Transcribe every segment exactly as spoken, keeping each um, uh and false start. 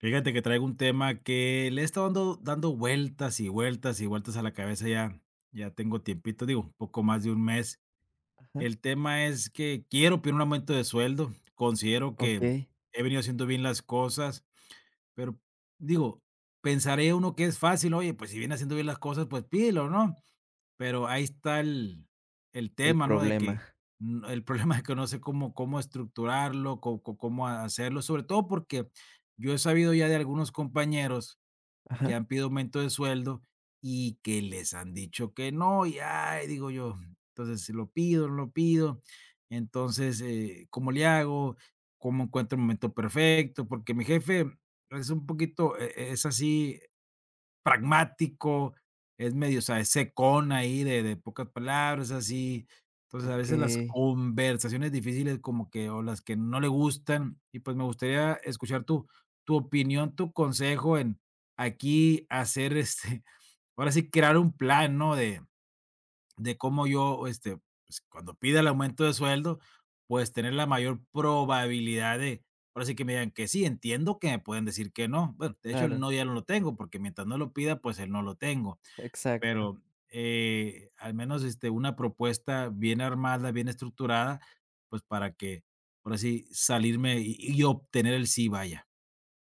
Fíjate que traigo un tema que le he estado dando dando vueltas, y vueltas, y vueltas a la cabeza, ya ya tengo tiempito, digo, un poco más de un mes. Ajá. El tema es que quiero pedir un aumento de sueldo, considero que Okey. he venido haciendo bien las cosas, pero digo, pensaré uno que es fácil, oye, pues si viene haciendo bien las cosas, pues pídelo, ¿no? Pero ahí está el el El tema, ¿no? De que, problema. Mm, el problema es que no sé cómo cómo estructurarlo, cómo cómo hacerlo, sobre todo porque yo he sabido ya de algunos compañeros que Ajá, han pedido aumento de sueldo y que les han dicho que no, y ay, digo yo, entonces, si lo pido, no lo pido, entonces, eh, ¿cómo le hago? ¿Cómo encuentro el momento perfecto? Porque mi jefe es un poquito, e e, es así, pragmático, es medio, o sea, es secón ahí de de pocas palabras, así. Entonces, a veces las okey, conversaciones difíciles como que o las que no le gustan, y pues me gustaría escuchar tu tu opinión, tu consejo en aquí hacer, este, ahora sí crear un plan, ¿no? De de cómo yo, este, pues, cuando pida el aumento de sueldo, pues, tener la mayor probabilidad de, ahora sí que me digan que sí. Entiendo que me pueden decir que no. Bueno, de hecho, el claro, no ya no lo tengo, porque mientras no lo pida, pues, el no lo tengo. exacto. Pero, eh, al menos, este, una propuesta bien armada, bien estructurada, pues, para que, ahora sí, salirme y y obtener el sí, vaya.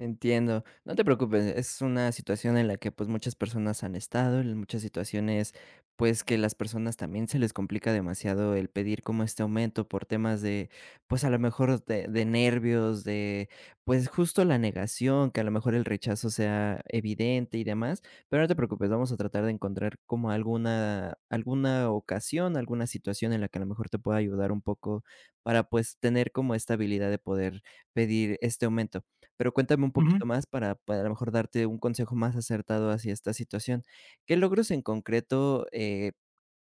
Entiendo. No te preocupes, es una situación en la que pues muchas personas han estado, en muchas situaciones pues que las personas también se les complica demasiado el pedir como este aumento por temas de pues a lo mejor de, de nervios, de pues justo la negación, que a lo mejor el rechazo sea evidente y demás, pero no te preocupes, vamos a tratar de encontrar como alguna alguna ocasión, alguna situación en la que a lo mejor te pueda ayudar un poco para pues tener como esta habilidad de poder pedir este aumento. Pero cuéntame un poquito más para para a lo mejor darte un consejo más acertado hacia esta situación. ¿Qué logros en concreto, eh,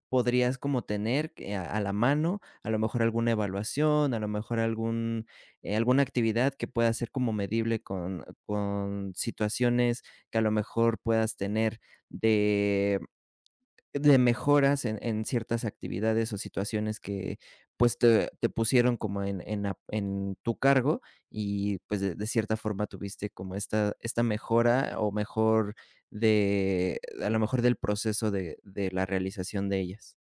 podrías como tener que a a la mano? A lo mejor alguna evaluación, a lo mejor algún, eh, alguna actividad que pueda ser como medible con con situaciones que a lo mejor puedas tener de de mejoras en en ciertas actividades o situaciones que, pues, te te pusieron como en en ap en tu cargo y, pues, de de cierta forma tuviste como esta esta mejora o mejor de a lo mejor del proceso de de la realización de ellas.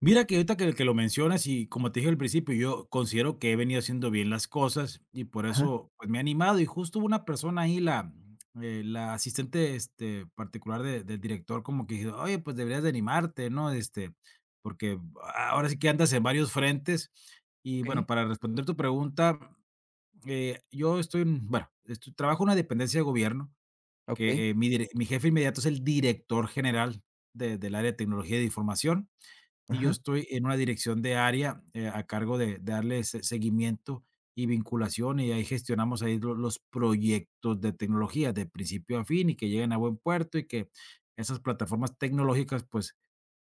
Mira que ahorita que que lo mencionas y como te dije al principio, yo considero que he venido haciendo bien las cosas y por Ajá, eso, pues, me he animado. Y justo hubo una persona ahí, la, eh, la asistente, este, particular de del director, como que dijo: "Oye, pues deberías de animarte, ¿no? Este, porque a ahora sí que andas en varios frentes". Y bueno, okey, para responder tu pregunta, eh, yo estoy en bueno, esto trabajo en una dependencia de gobierno okey, que, eh, mi dire mi jefe inmediato es el director general de del área de tecnología de información, y yo ajá, estoy en una dirección de área, eh, a cargo de de darle se seguimiento y vinculación, y ahí gestionamos ahí lo los proyectos de tecnología de principio a fin, y que lleguen a buen puerto, y que esas plataformas tecnológicas, pues,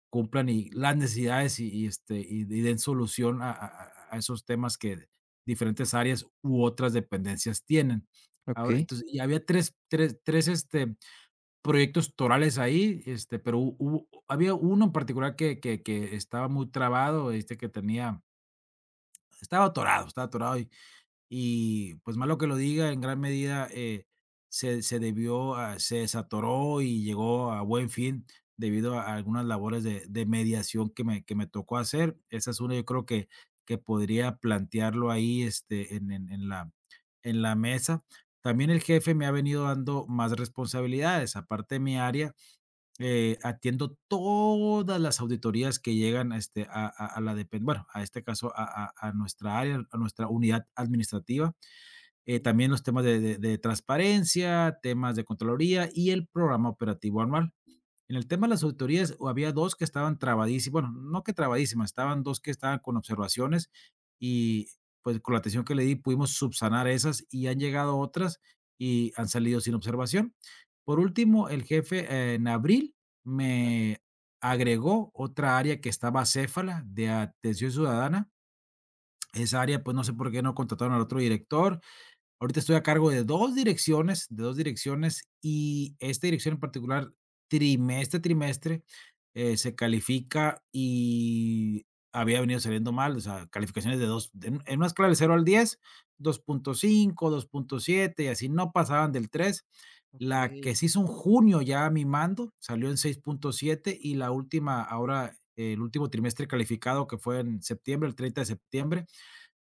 cumplan y las necesidades y y, este, y y den solución a a a esos temas que diferentes áreas u otras dependencias tienen. Ahora, okey. entonces, y había tres tres tres este, proyectos torales ahí, este, pero hu hubo había uno en particular que que que estaba muy trabado, este, que tenía estaba atorado, estaba atorado y y, pues, malo que lo diga, en gran medida, eh, se se debió a se desatoró y llegó a buen fin debido a algunas labores de de mediación que me que me tocó hacer. Esa es una, yo creo que que podría plantearlo ahí, este, en en en la en la mesa. También el jefe me ha venido dando más responsabilidades, aparte de mi área, eh, atiendo todas las auditorías que llegan a, este, a, a- a la depen- bueno, a este caso, a, a- a nuestra área, a nuestra unidad administrativa. Eh, Okey, también los temas de, de- de transparencia, temas de Contraloría y el programa operativo anual. En el tema de las auditorías, o había dos que estaban trabadísimas, bueno, no que trabadísimas, estaban dos que estaban con observaciones, y, pues, con la atención que le di pudimos subsanar esas, y han llegado otras y han salido sin observación. Por último, el jefe, eh, en abril me agregó otra área que estaba acéfala, de atención ciudadana. Esa área, pues, no sé por qué no contrataron al otro director. Ahorita estoy a cargo de dos direcciones, de dos direcciones, y esta dirección en particular, trimestre a trimestre, eh, se califica, y había venido saliendo mal, o sea, calificaciones de dos de en una escala del cero al diez: dos punto cinco, dos punto siete, y así no pasaban del tres. La que okey, se hizo en junio, ya a mi mando, salió en seis punto siete, y la última ahora, eh, el último trimestre calificado, que fue en septiembre, el treinta de septiembre,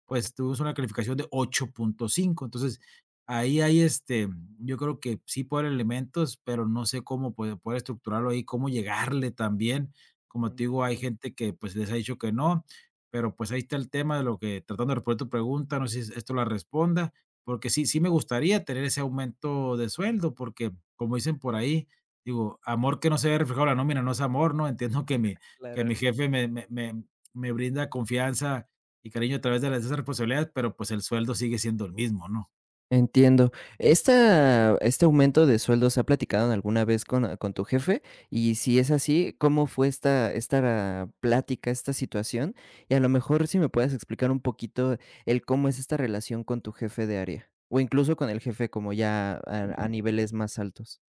pues tuvo una calificación de ocho punto cinco. Entonces, ahí hay este, yo creo que sí puede haber elementos, pero no sé cómo puede, poder estructurarlo ahí, cómo llegarle también. Como te digo, hay entiendo, gente que pues les ha dicho que no, pero pues ahí está el tema de lo que, tratando de responder tu pregunta, no sé si esto la responda, porque sí, sí me gustaría tener ese aumento de sueldo, porque como dicen por ahí, digo, amor que no se ve reflejado en la nómina no es amor, ¿no? Entiendo que mi, que claro. mi jefe me, me, me, me brinda confianza y cariño a través de las esas responsabilidades, pero pues el sueldo sigue siendo el mismo, ¿no? Entiendo. Esta, este aumento de sueldo, ¿se ha platicado alguna vez con, ah, con tu jefe? Y si es así, ¿cómo fue esta, esta plática, esta situación? Y a lo mejor si me puedes explicar un poquito el cómo es esta relación con tu jefe de área, o incluso con el jefe como ya a, a niveles más altos.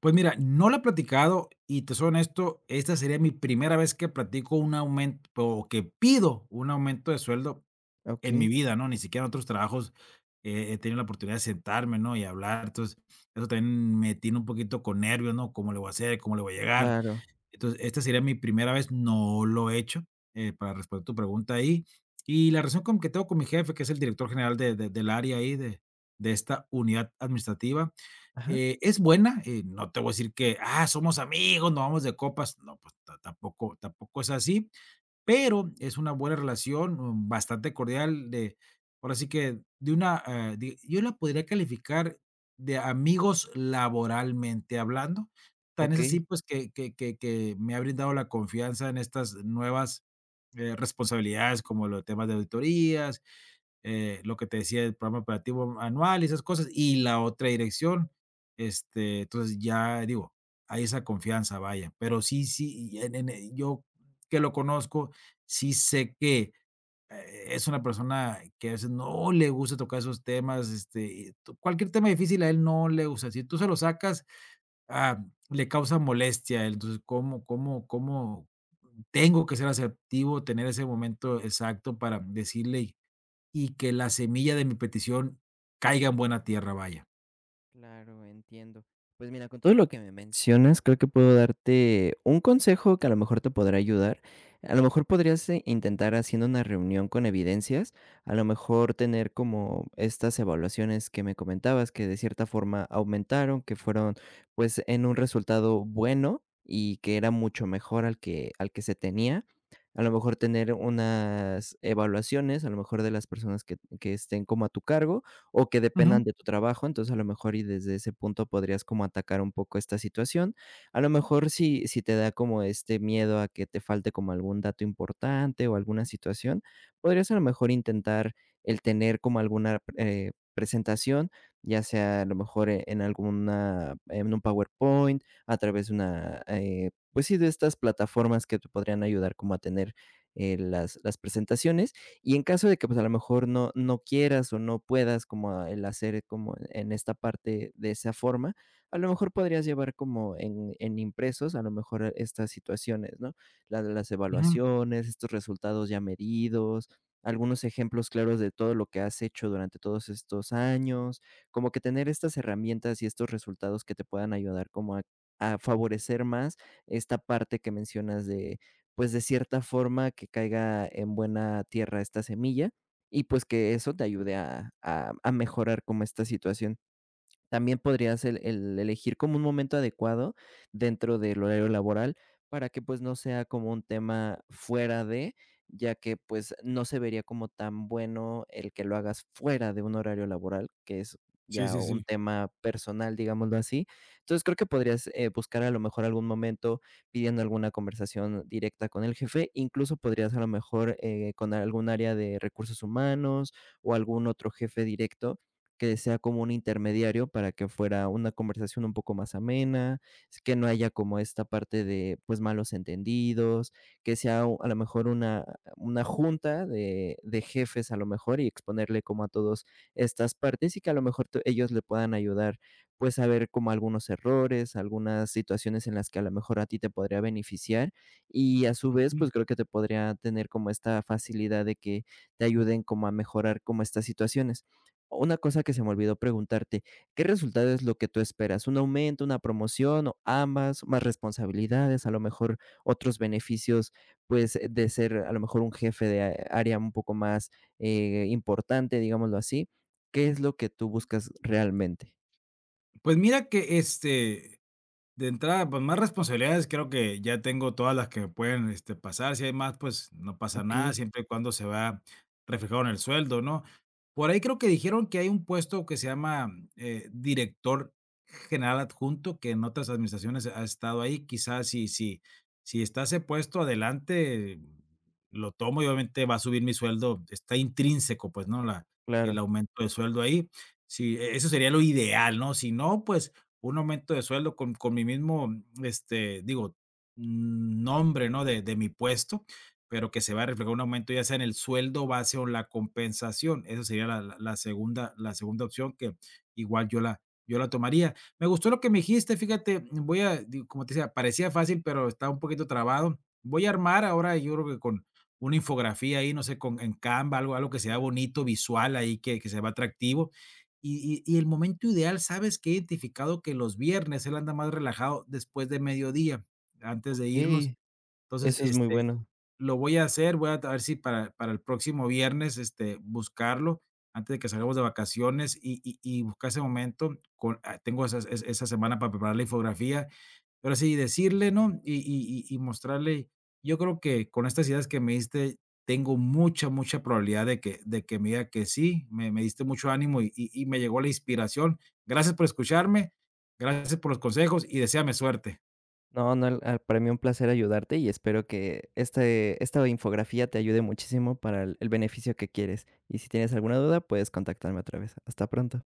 Pues mira, no lo he platicado y te soy honesto, esta sería mi primera vez que platico un aumento o que pido un aumento de sueldo en mi Ok, vida, ¿no? Ni siquiera en otros trabajos eh, he tenido la oportunidad de sentarme, ¿no? Y hablar. Entonces, eso también me tiene un poquito con nervios, ¿no? ¿Cómo le voy a hacer? ¿Cómo le voy a llegar? claro. Entonces, esta sería mi primera vez, no lo he hecho, eh, para responder tu pregunta ahí. Y la relación con que tengo con mi jefe, que es el director general de, de- del área ahí, de, de esta unidad administrativa, Ajá, eh, es buena. eh, no te voy a decir que, ah, somos amigos, nos vamos de copas. No, pues ta- tampoco, tampoco es así, pero es una buena relación, mm, bastante cordial, de, ahora sí que de una, eh, di- yo la podría calificar de amigos laboralmente hablando. Tan ok. es así, pues, que, que, que, que me ha brindado la confianza en estas nuevas eh, responsabilidades, como los temas de auditorías, eh, lo que te decía, el programa operativo anual y esas cosas, y la otra dirección. Este, entonces ya digo, hay esa confianza, vaya, pero sí, sí, y en- en- eh, yo que lo conozco, sí sé que eh, es una persona que a veces no le gusta tocar esos temas, este, y to- cualquier tema difícil a él no le gusta. Si tú se lo sacas, ah, le causa molestia a él. Entonces, ¿cómo, cómo, cómo tengo que ser asertivo, tener ese momento exacto para decirle y que la semilla de mi petición caiga en buena tierra, vaya. Claro, entiendo. Pues mira, con todo lo que me mencionas, creo que puedo darte un consejo que a lo mejor te podrá ayudar. A lo mejor podrías eh, intentar haciendo una reunión con evidencias, a lo mejor tener como estas evaluaciones que me comentabas, que de cierta forma aumentaron, que fueron pues en un resultado bueno y que era mucho mejor al que, al que se tenía. A lo mejor tener unas evaluaciones, a lo mejor de las personas que, que estén como a tu cargo o que Ujú, dependan de tu trabajo. Entonces, a lo mejor y desde ese punto podrías como atacar un poco esta situación. A lo mejor si, si te da como este miedo a que te falte como algún dato importante o alguna situación, podrías a lo mejor intentar el tener como alguna eh, presentación, ya sea a lo mejor e- en alguna, en un PowerPoint, a través de una, eh, pues sí, de estas plataformas que te podrían ayudar como a tener eh, las, las presentaciones y en caso de que pues a lo mejor no, no quieras o no puedas como el hacer como en esta parte de esa forma, a lo mejor podrías llevar como en, en impresos a lo mejor estas situaciones, ¿no? La de las ujú. evaluaciones, estos resultados ya medidos, algunos ejemplos claros de todo lo que has hecho durante todos estos años, como que tener estas herramientas y estos resultados que te puedan ayudar como a, a favorecer más esta parte que mencionas pues, de cierta forma que caiga en buena tierra esta semilla y, pues, que eso te ayude a a a mejorar como esta situación. También podrías el el elegir como un momento adecuado dentro del horario laboral para que, pues, no sea como un tema fuera de, ya que, pues, no se vería como tan bueno el que lo hagas fuera de un horario laboral, que es Sí, ya sí, un sí. tema personal, digámoslo así. Entonces, creo que podrías, eh, buscar a lo mejor algún momento pidiendo alguna conversación directa con el jefe, incluso podrías a lo mejor, eh, con algún área de recursos humanos o algún otro jefe directo que sea como un intermediario para que fuera una conversación un poco más amena, es que no haya como esta parte de pues malos entendidos, que sea u- a lo mejor una, una junta de, de jefes a lo mejor y exponerle como a todos estas partes y que a lo mejor tú- ellos le puedan ayudar pues a ver como algunos errores, algunas situaciones en las que a lo mejor a ti te podría beneficiar y a su vez Ujú. pues creo que te podría tener como esta facilidad de que te ayuden como a mejorar como estas situaciones. Una cosa que se me olvidó preguntarte, ¿qué resultado es lo que tú esperas? ¿Un aumento, una promoción o ambas, más responsabilidades, a lo mejor otros beneficios, pues, eh, de ser a lo mejor un jefe de a área un poco más, eh, importante, digámoslo así? ¿Qué es lo que tú buscas realmente? Pues mira que, este, de entrada, pues, más responsabilidades, creo que ya tengo todas las que me pueden, este, pasar. Si hay más, pues, no pasa nada, Okey, siempre y cuando se va reflejado en el sueldo, ¿no? Por ahí creo que dijeron que hay un puesto que se llama, eh, director general adjunto, que en otras administraciones ha estado ahí. Quizás si si si está ese puesto, adelante, lo tomo y obviamente va a subir mi sueldo, está intrínseco, pues, ¿no? La el claro, aumento de sueldo ahí. Sí, e eso sería lo ideal, ¿no? Si no, pues un aumento de sueldo con con mi mismo, este, digo, mm, nombre, ¿no?, de de mi puesto, pero que se va a reflejar un aumento, ya sea en el sueldo base o en la compensación. Esa sería la la la segunda la segunda opción que igual yo la yo la tomaría. Me gustó lo que me dijiste, fíjate, voy a, digo, como te decía, parecía fácil, pero está un poquito trabado. Voy a armar ahora, yo creo que con una infografía ahí, no sé, con en Canva, algo algo que sea claro. bonito, visual ahí, que que se vea atractivo. Y, y, y el momento ideal, sabes que he identificado que los viernes él anda más relajado después de mediodía, antes de irnos. Okey, Entonces, eso es muy este, bueno. lo voy a hacer, voy a t- a ver si para para el próximo viernes, este, buscarlo antes de que salgamos de vacaciones y y y buscar ese momento, con ah, tengo esa esa semana para preparar la infografía. Ahora sí, decirle, ¿no? Y y y y mostrarle. Yo creo que con estas ideas que me diste, tengo mucha, mucha probabilidad de que de que me diga que sí. Me me diste mucho ánimo y y y me llegó la inspiración. Gracias por escucharme, gracias por los consejos y deséame suerte. No, no, al al para mí un placer ayudarte y espero que este esta infografía te ayude muchísimo para el el beneficio que quieres. Y si tienes alguna duda, puedes contactarme otra vez. Hasta pronto.